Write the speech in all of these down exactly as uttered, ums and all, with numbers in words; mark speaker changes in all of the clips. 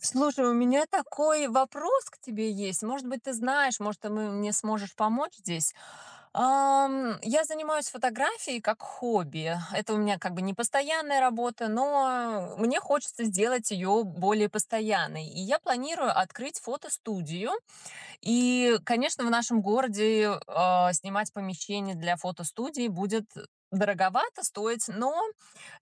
Speaker 1: Слушай, у меня такой вопрос к тебе есть. Может быть, ты знаешь, может, ты мы- мне сможешь помочь здесь. Ам, Я занимаюсь фотографией как хобби. Это у меня как бы не постоянная работа, но мне хочется сделать ее более постоянной. И я планирую открыть фотостудию и, конечно, в нашем городе, а, снимать помещение для фотостудии будет дороговато стоить, но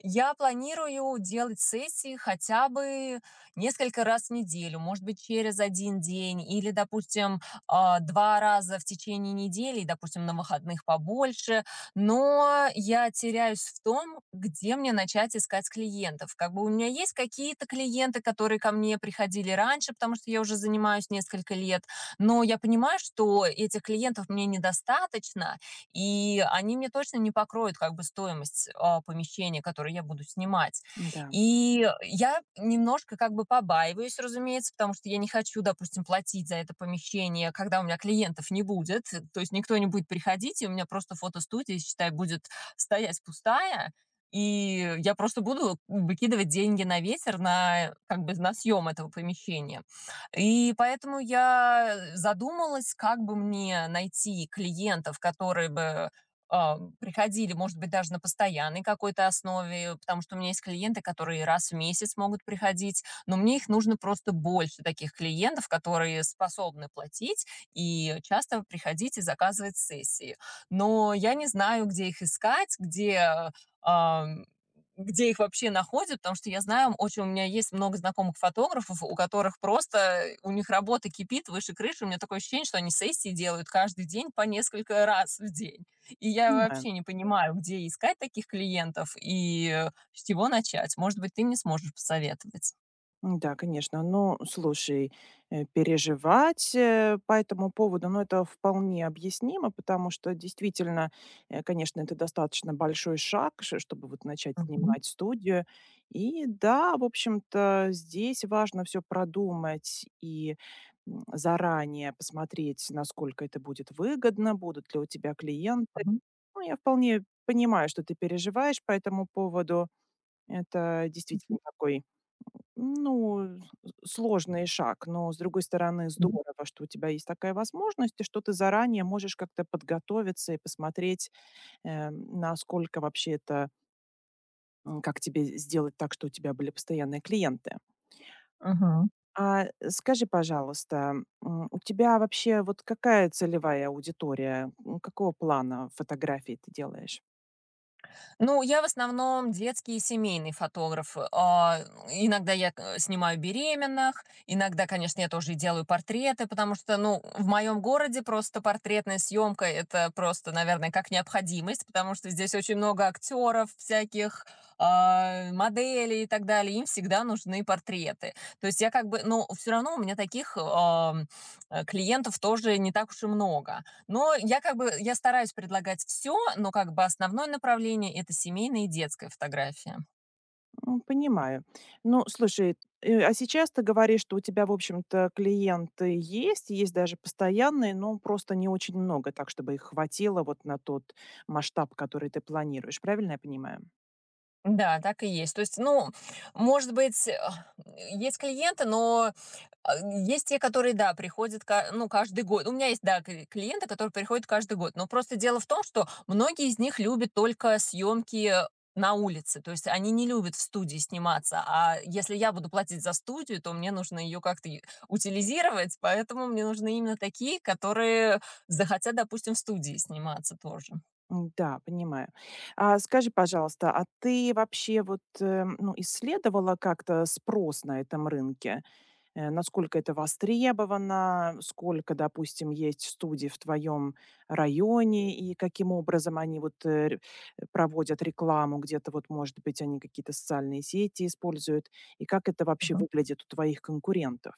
Speaker 1: я планирую делать сессии хотя бы несколько раз в неделю, может быть, через один день или, допустим, а, два раза в течение недели, и, допустим, на выходных побольше. Но я теряюсь в том, где мне начать искать клиентов. Как бы у меня есть какие-то клиенты, которые ко мне приходили раньше, потому что я уже занимаюсь несколько лет, но я понимаю, что этих клиентов мне недостаточно, и они мне точно не покроют как бы стоимость, а, помещения, которое я буду снимать.
Speaker 2: Да,
Speaker 1: И я немножко как бы побаиваюсь, разумеется, потому что я не хочу, допустим, платить за это помещение, когда у меня клиентов не будет, то есть никто не будет приходить, и у меня просто фотостудия, считай, будет стоять пустая, и я просто буду выкидывать деньги на ветер на, как бы, на съем этого помещения. И поэтому я задумалась, как бы мне найти клиентов, которые бы, а, приходили, может быть, даже на постоянной какой-то основе, потому что у меня есть клиенты, которые раз в месяц могут приходить, но мне их нужно просто больше, таких клиентов, которые способны платить и часто приходить и заказывать сессии. Но я не знаю, где их искать, где, ам, где их вообще находят, потому что я знаю, очень у меня есть много знакомых фотографов, у которых просто э, у них работа кипит выше крыши. У меня такое ощущение, что они сессии делают каждый день по несколько раз в день. И я
Speaker 2: понимаю.
Speaker 1: вообще не понимаю, где искать таких клиентов и э, с чего начать. Может быть, ты мне сможешь посоветовать.
Speaker 2: М, Да, конечно. Ну, слушай, э, переживать э, по этому поводу, ну, это вполне объяснимо, потому что действительно, э, конечно, это достаточно большой шаг, ш- чтобы вот начать
Speaker 1: Мгм.
Speaker 2: снимать студию. И да, в общем-то, здесь важно все продумать и м, заранее посмотреть, насколько это будет выгодно, будут ли у тебя клиенты.
Speaker 1: Мгм.
Speaker 2: Ну, я вполне понимаю, что ты переживаешь по этому поводу. Это действительно такой Ну, с сложный шаг, но, с другой стороны,
Speaker 1: Мгм.
Speaker 2: здорово, что у тебя есть такая возможность и что ты заранее можешь как-то подготовиться и посмотреть, э, насколько вообще это, м, как тебе сделать так, что у тебя были постоянные клиенты. А э, скажи, пожалуйста, м, у тебя вообще вот какая целевая аудитория? М, Какого плана фотографии ты делаешь?
Speaker 1: Ну, я в основном детский и семейный фотограф. А, иногда я к снимаю беременных, иногда, конечно, я тоже и делаю портреты, потому что, ну, в моем городе просто портретная съемка — это просто, наверное, как необходимость, потому что здесь очень много актеров всяких, а, моделей и так далее. Им всегда нужны портреты. То есть я как бы ну, все равно у меня таких, ам, э, клиентов тоже не так уж и много. Но я как бы я стараюсь предлагать все, но как бы основное направление — это семейная и детская фотография.
Speaker 2: М, Понимаю. Ну, слушай, э, а сейчас ты говоришь, что у тебя, в общем-то, клиенты есть, есть даже постоянные, но просто не очень много, так, чтобы их хватило вот на тот масштаб, который ты планируешь. Правильно я понимаю?
Speaker 1: Да, так и есть. То есть, ну, может быть, э, есть клиенты, но а, есть те, которые, да, приходят, ка- ну, каждый год. У меня есть, да, кли- клиенты, которые приходят каждый год. Но просто дело в том, что многие из них любят только съемки на улице. То есть они не любят в студии сниматься. А если я буду платить за студию, то мне нужно ее как-то и утилизировать. Поэтому мне нужны именно такие, которые захотят, допустим, в студии сниматься тоже.
Speaker 2: М, Да, понимаю. А скажи, пожалуйста, а ты вообще вот э, ну, исследовала как-то спрос на этом рынке? Э, насколько это востребовано, сколько, допустим, есть студий в твоем районе и каким образом они вот э, р- проводят рекламу, где-то вот, может быть, они какие-то социальные сети используют, и как это вообще выглядит у твоих конкурентов?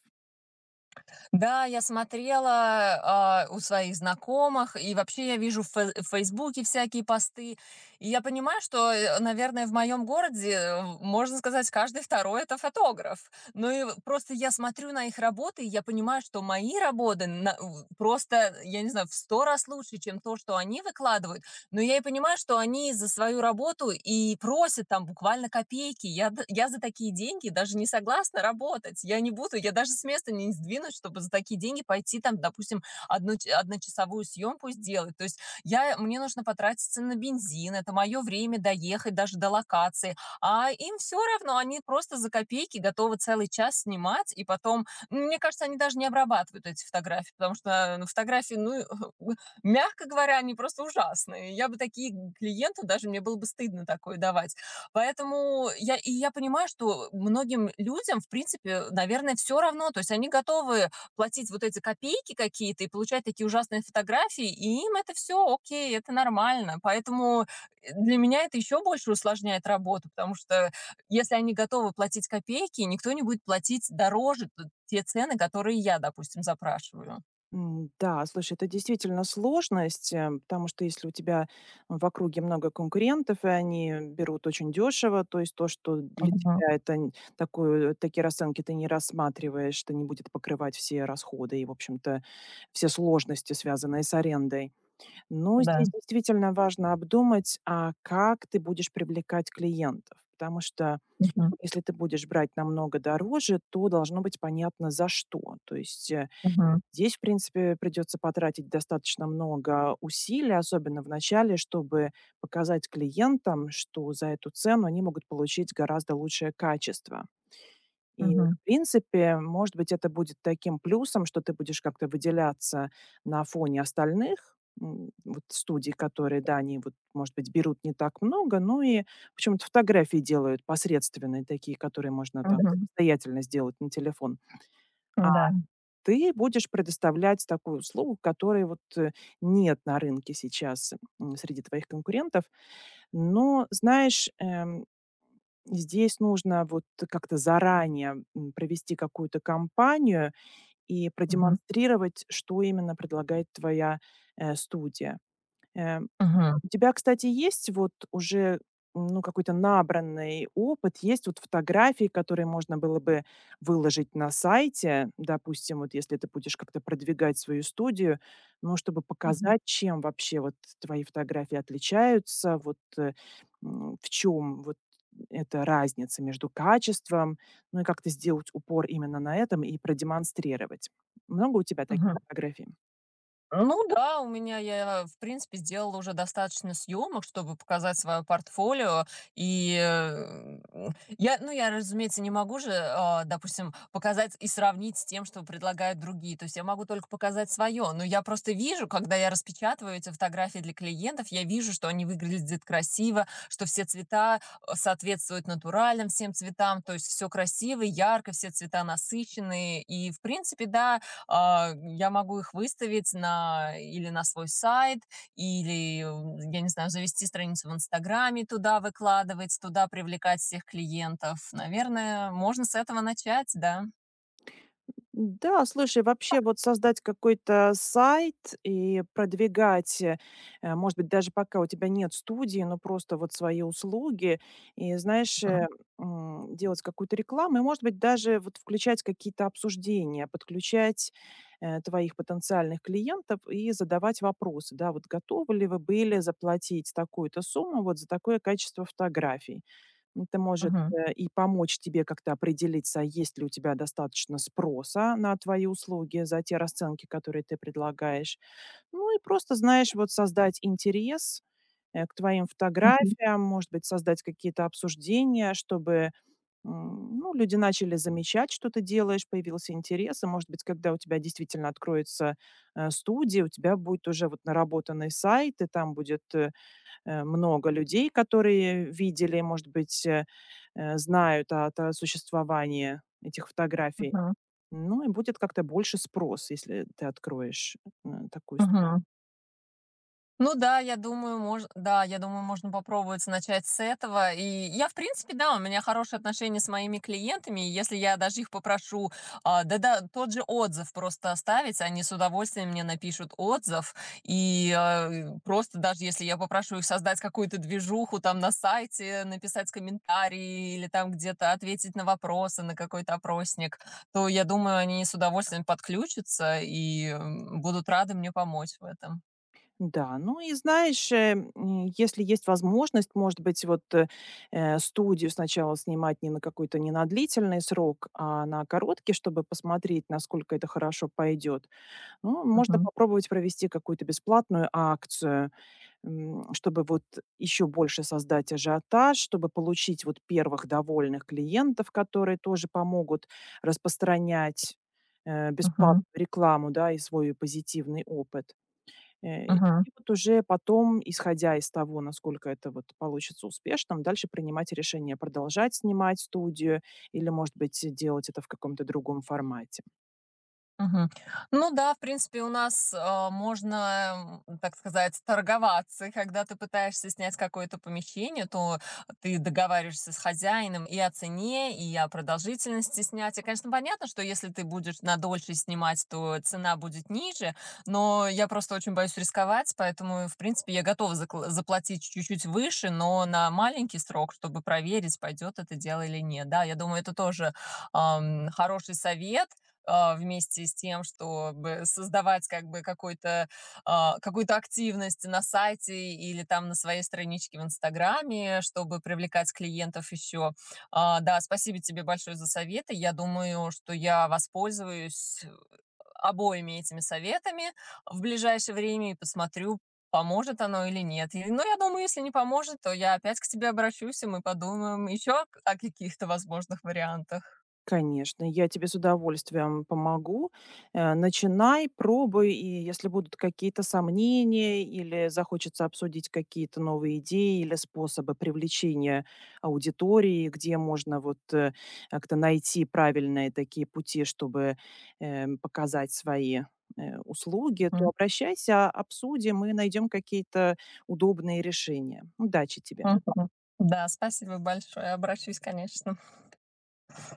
Speaker 1: Да, я смотрела, а, у своих знакомых, и вообще я вижу в фе в «Фейсбуке» всякие посты. И я понимаю, что, э, наверное, в моем городе, э, можно сказать, каждый второй это фотограф. Ну и в просто я смотрю на их работы, и я понимаю, что мои работы на в просто, я не знаю, в сто раз лучше, чем то, что они выкладывают. Но я и понимаю, что они за свою работу и просят там буквально копейки. Я д я за такие деньги даже не согласна работать. Я не буду, я даже с места не сдвинусь, чтобы за такие деньги пойти там, допустим, одну ч одночасовую съемку сделать. То есть я мне нужно потратиться на бензин, это мое время доехать даже до локации, а им все равно, они просто за копейки готовы целый час снимать, и потом, ну, мне кажется, они даже не обрабатывают эти фотографии, потому что, э, ну, фотографии, ну, мягко говоря, они просто ужасные. Я бы такие клиенту даже мне было бы стыдно такое давать. Поэтому я и я понимаю, что многим людям, в принципе, наверное, все равно. То есть они готовы платить вот эти копейки какие-то и получать такие ужасные фотографии, и им это все окей, это нормально. Поэтому, э, для меня это еще больше усложняет работу, потому что если они готовы платить копейки, никто не будет платить дороже т те цены, которые я, допустим, запрашиваю.
Speaker 2: М, Да, слушай, это действительно сложность, э, потому что если у тебя в округе много конкурентов, и они берут очень дешево, то есть то, что для
Speaker 1: Мгм.
Speaker 2: тебя это н- такую, такие расценки ты не рассматриваешь, это не будет покрывать все расходы и, в общем-то, все сложности, связанные с арендой. Но
Speaker 1: Да.
Speaker 2: здесь действительно важно обдумать, а как ты будешь привлекать клиентов, потому что
Speaker 1: Мгм.
Speaker 2: если ты будешь брать намного дороже, то должно быть понятно за что. То есть э,
Speaker 1: Мгм.
Speaker 2: Здесь, в принципе, придется потратить достаточно много усилий, особенно в начале, чтобы показать клиентам, что за эту цену они могут получить гораздо лучшее качество. И,
Speaker 1: Мгм,
Speaker 2: в принципе, может быть, это будет таким плюсом, что ты будешь как-то выделяться на фоне остальных, м, вот студий, которые, да, они вот, может быть, берут не так много, ну и почему-то фотографии делают посредственные такие, которые можно там
Speaker 1: мгм,
Speaker 2: самостоятельно сделать на телефон. А
Speaker 1: да
Speaker 2: ты будешь предоставлять такую услугу, которой вот э, нет на рынке сейчас м, среди твоих конкурентов. Но, знаешь, эм, здесь нужно вот как-то заранее м, провести какую-то кампанию и
Speaker 1: мгм,
Speaker 2: продемонстрировать, что именно предлагает твоя э, студия. Эм,
Speaker 1: мгм,
Speaker 2: у тебя, кстати, есть вот уже, ну, какой-то набранный опыт? Есть вот фотографии, которые можно было бы выложить на сайте? Допустим, вот если ты будешь как-то продвигать свою студию, ну, чтобы
Speaker 1: мгм,
Speaker 2: показать, чем вообще вот твои фотографии отличаются, вот, э, м, в чем вот эта разница между качеством, ну, и как-то сделать упор именно на этом и продемонстрировать. Много у тебя таких
Speaker 1: мгм.
Speaker 2: фотографий?
Speaker 1: Ну да, у меня я, в принципе, сделала уже достаточно съемок, чтобы показать свое портфолио. И э, я, ну, я, разумеется, не могу же, а, допустим, показать и сравнить с тем, что предлагают другие. То есть я могу только показать свое. Но я просто вижу, когда я распечатываю эти фотографии для клиентов, я вижу, что они выглядят красиво, что все цвета э, соответствуют натуральным всем цветам. То есть все красиво, ярко, все цвета насыщенные. И, в принципе, да, а, я могу их выставить на или на свой сайт, или, м, я не знаю, завести страницу в «Инстаграме», туда выкладывать, туда привлекать всех клиентов. Наверное, можно с этого начать, да.
Speaker 2: Да, слушай, вообще вот создать какой-то сайт и продвигать, э, э, может быть, даже пока у тебя нет студии, но просто вот свои услуги, и, знаешь,
Speaker 1: Мгм.
Speaker 2: э, м, делать какую-то рекламу, и, может быть, даже вот включать какие-то обсуждения, подключать э, твоих потенциальных клиентов и задавать вопросы, да, вот готовы ли вы были заплатить такую-то сумму вот за такое качество фотографий. Это может,
Speaker 1: Мгм.
Speaker 2: э, и помочь тебе как-то определиться, а есть ли у тебя достаточно спроса на твои услуги за те расценки, которые ты предлагаешь. Ну и просто, знаешь, вот создать интерес, э, к твоим
Speaker 1: Мгм.
Speaker 2: фотографиям, может быть, создать какие-то обсуждения, чтобы, м, ну, люди начали замечать, что ты делаешь, появился интерес. И, может быть, когда у тебя действительно откроется, э, студия, у тебя будет уже вот наработанный сайт, и там будет, э, э, много людей, которые видели, может быть, э, э, знают от, о существовании этих фотографий.
Speaker 1: Мгм.
Speaker 2: Ну и будет как-то больше спрос, если ты откроешь э, такую. с-
Speaker 1: Мгм. Ну да, я думаю, можно, да, я думаю, можно попробовать начать с этого. И я, в принципе, да, у меня хорошие отношения с моими клиентами. И если я даже их попрошу, а, да-да, тот же отзыв просто оставить, они с удовольствием мне напишут отзыв. И э, просто даже если я попрошу их создать какую-то движуху там на сайте, написать комментарии или там где-то ответить на вопросы, на какой-то опросник, то я думаю, они с удовольствием подключатся и м, будут рады мне помочь в этом.
Speaker 2: Да, ну и знаешь, э, м, если есть возможность, может быть, вот э, э, студию сначала снимать не на какой-то не на длительный срок, а на короткий, чтобы посмотреть, насколько это хорошо пойдет. Ну, можно
Speaker 1: Мгм.
Speaker 2: попробовать провести какую-то бесплатную акцию, М, чтобы вот еще больше создать ажиотаж, чтобы получить вот первых довольных клиентов, которые тоже помогут распространять, э, бесплатную
Speaker 1: Мгм,
Speaker 2: рекламу, да, и свой позитивный опыт. Э,
Speaker 1: мгм.
Speaker 2: и вот уже потом, исходя из того, насколько это вот получится успешным, дальше принимать решение продолжать снимать студию или, может быть, делать это в каком-то другом формате.
Speaker 1: Мгм. Ну да, в принципе, у нас, а, можно, м, так сказать, торговаться. И когда ты пытаешься снять какое-то помещение, то ты договариваешься с хозяином и о цене, и о продолжительности снятия. Конечно, понятно, что если ты будешь на дольше снимать, то цена будет ниже, но я просто очень боюсь рисковать, поэтому, в принципе, я готова закла- заплатить чуть-чуть выше, но на маленький срок, чтобы проверить, пойдет это дело или нет. Да, я думаю, это тоже ам, хороший совет, а, вместе с тем, чтобы создавать как бы какой-то, а, какую-то активность на сайте или там на своей страничке в Инстаграме, чтобы привлекать клиентов еще. А, Да, спасибо тебе большое за советы. Я думаю, что я воспользуюсь обоими этими советами в ближайшее время и посмотрю, поможет оно или нет. И- Но я думаю, если не поможет, то я опять к тебе обращусь, и мы подумаем еще о каких-то возможных вариантах.
Speaker 2: Конечно, я тебе с удовольствием помогу. Э, начинай, пробуй, и если будут какие-то сомнения или захочется обсудить какие-то новые идеи или способы привлечения аудитории, где можно вот э, как-то найти правильные такие пути, чтобы э, показать свои э, услуги, то
Speaker 1: Мгм.
Speaker 2: обращайся, обсудим и найдем какие-то удобные решения. Удачи тебе!
Speaker 1: Мгм. Да, спасибо большое. Обращусь, конечно.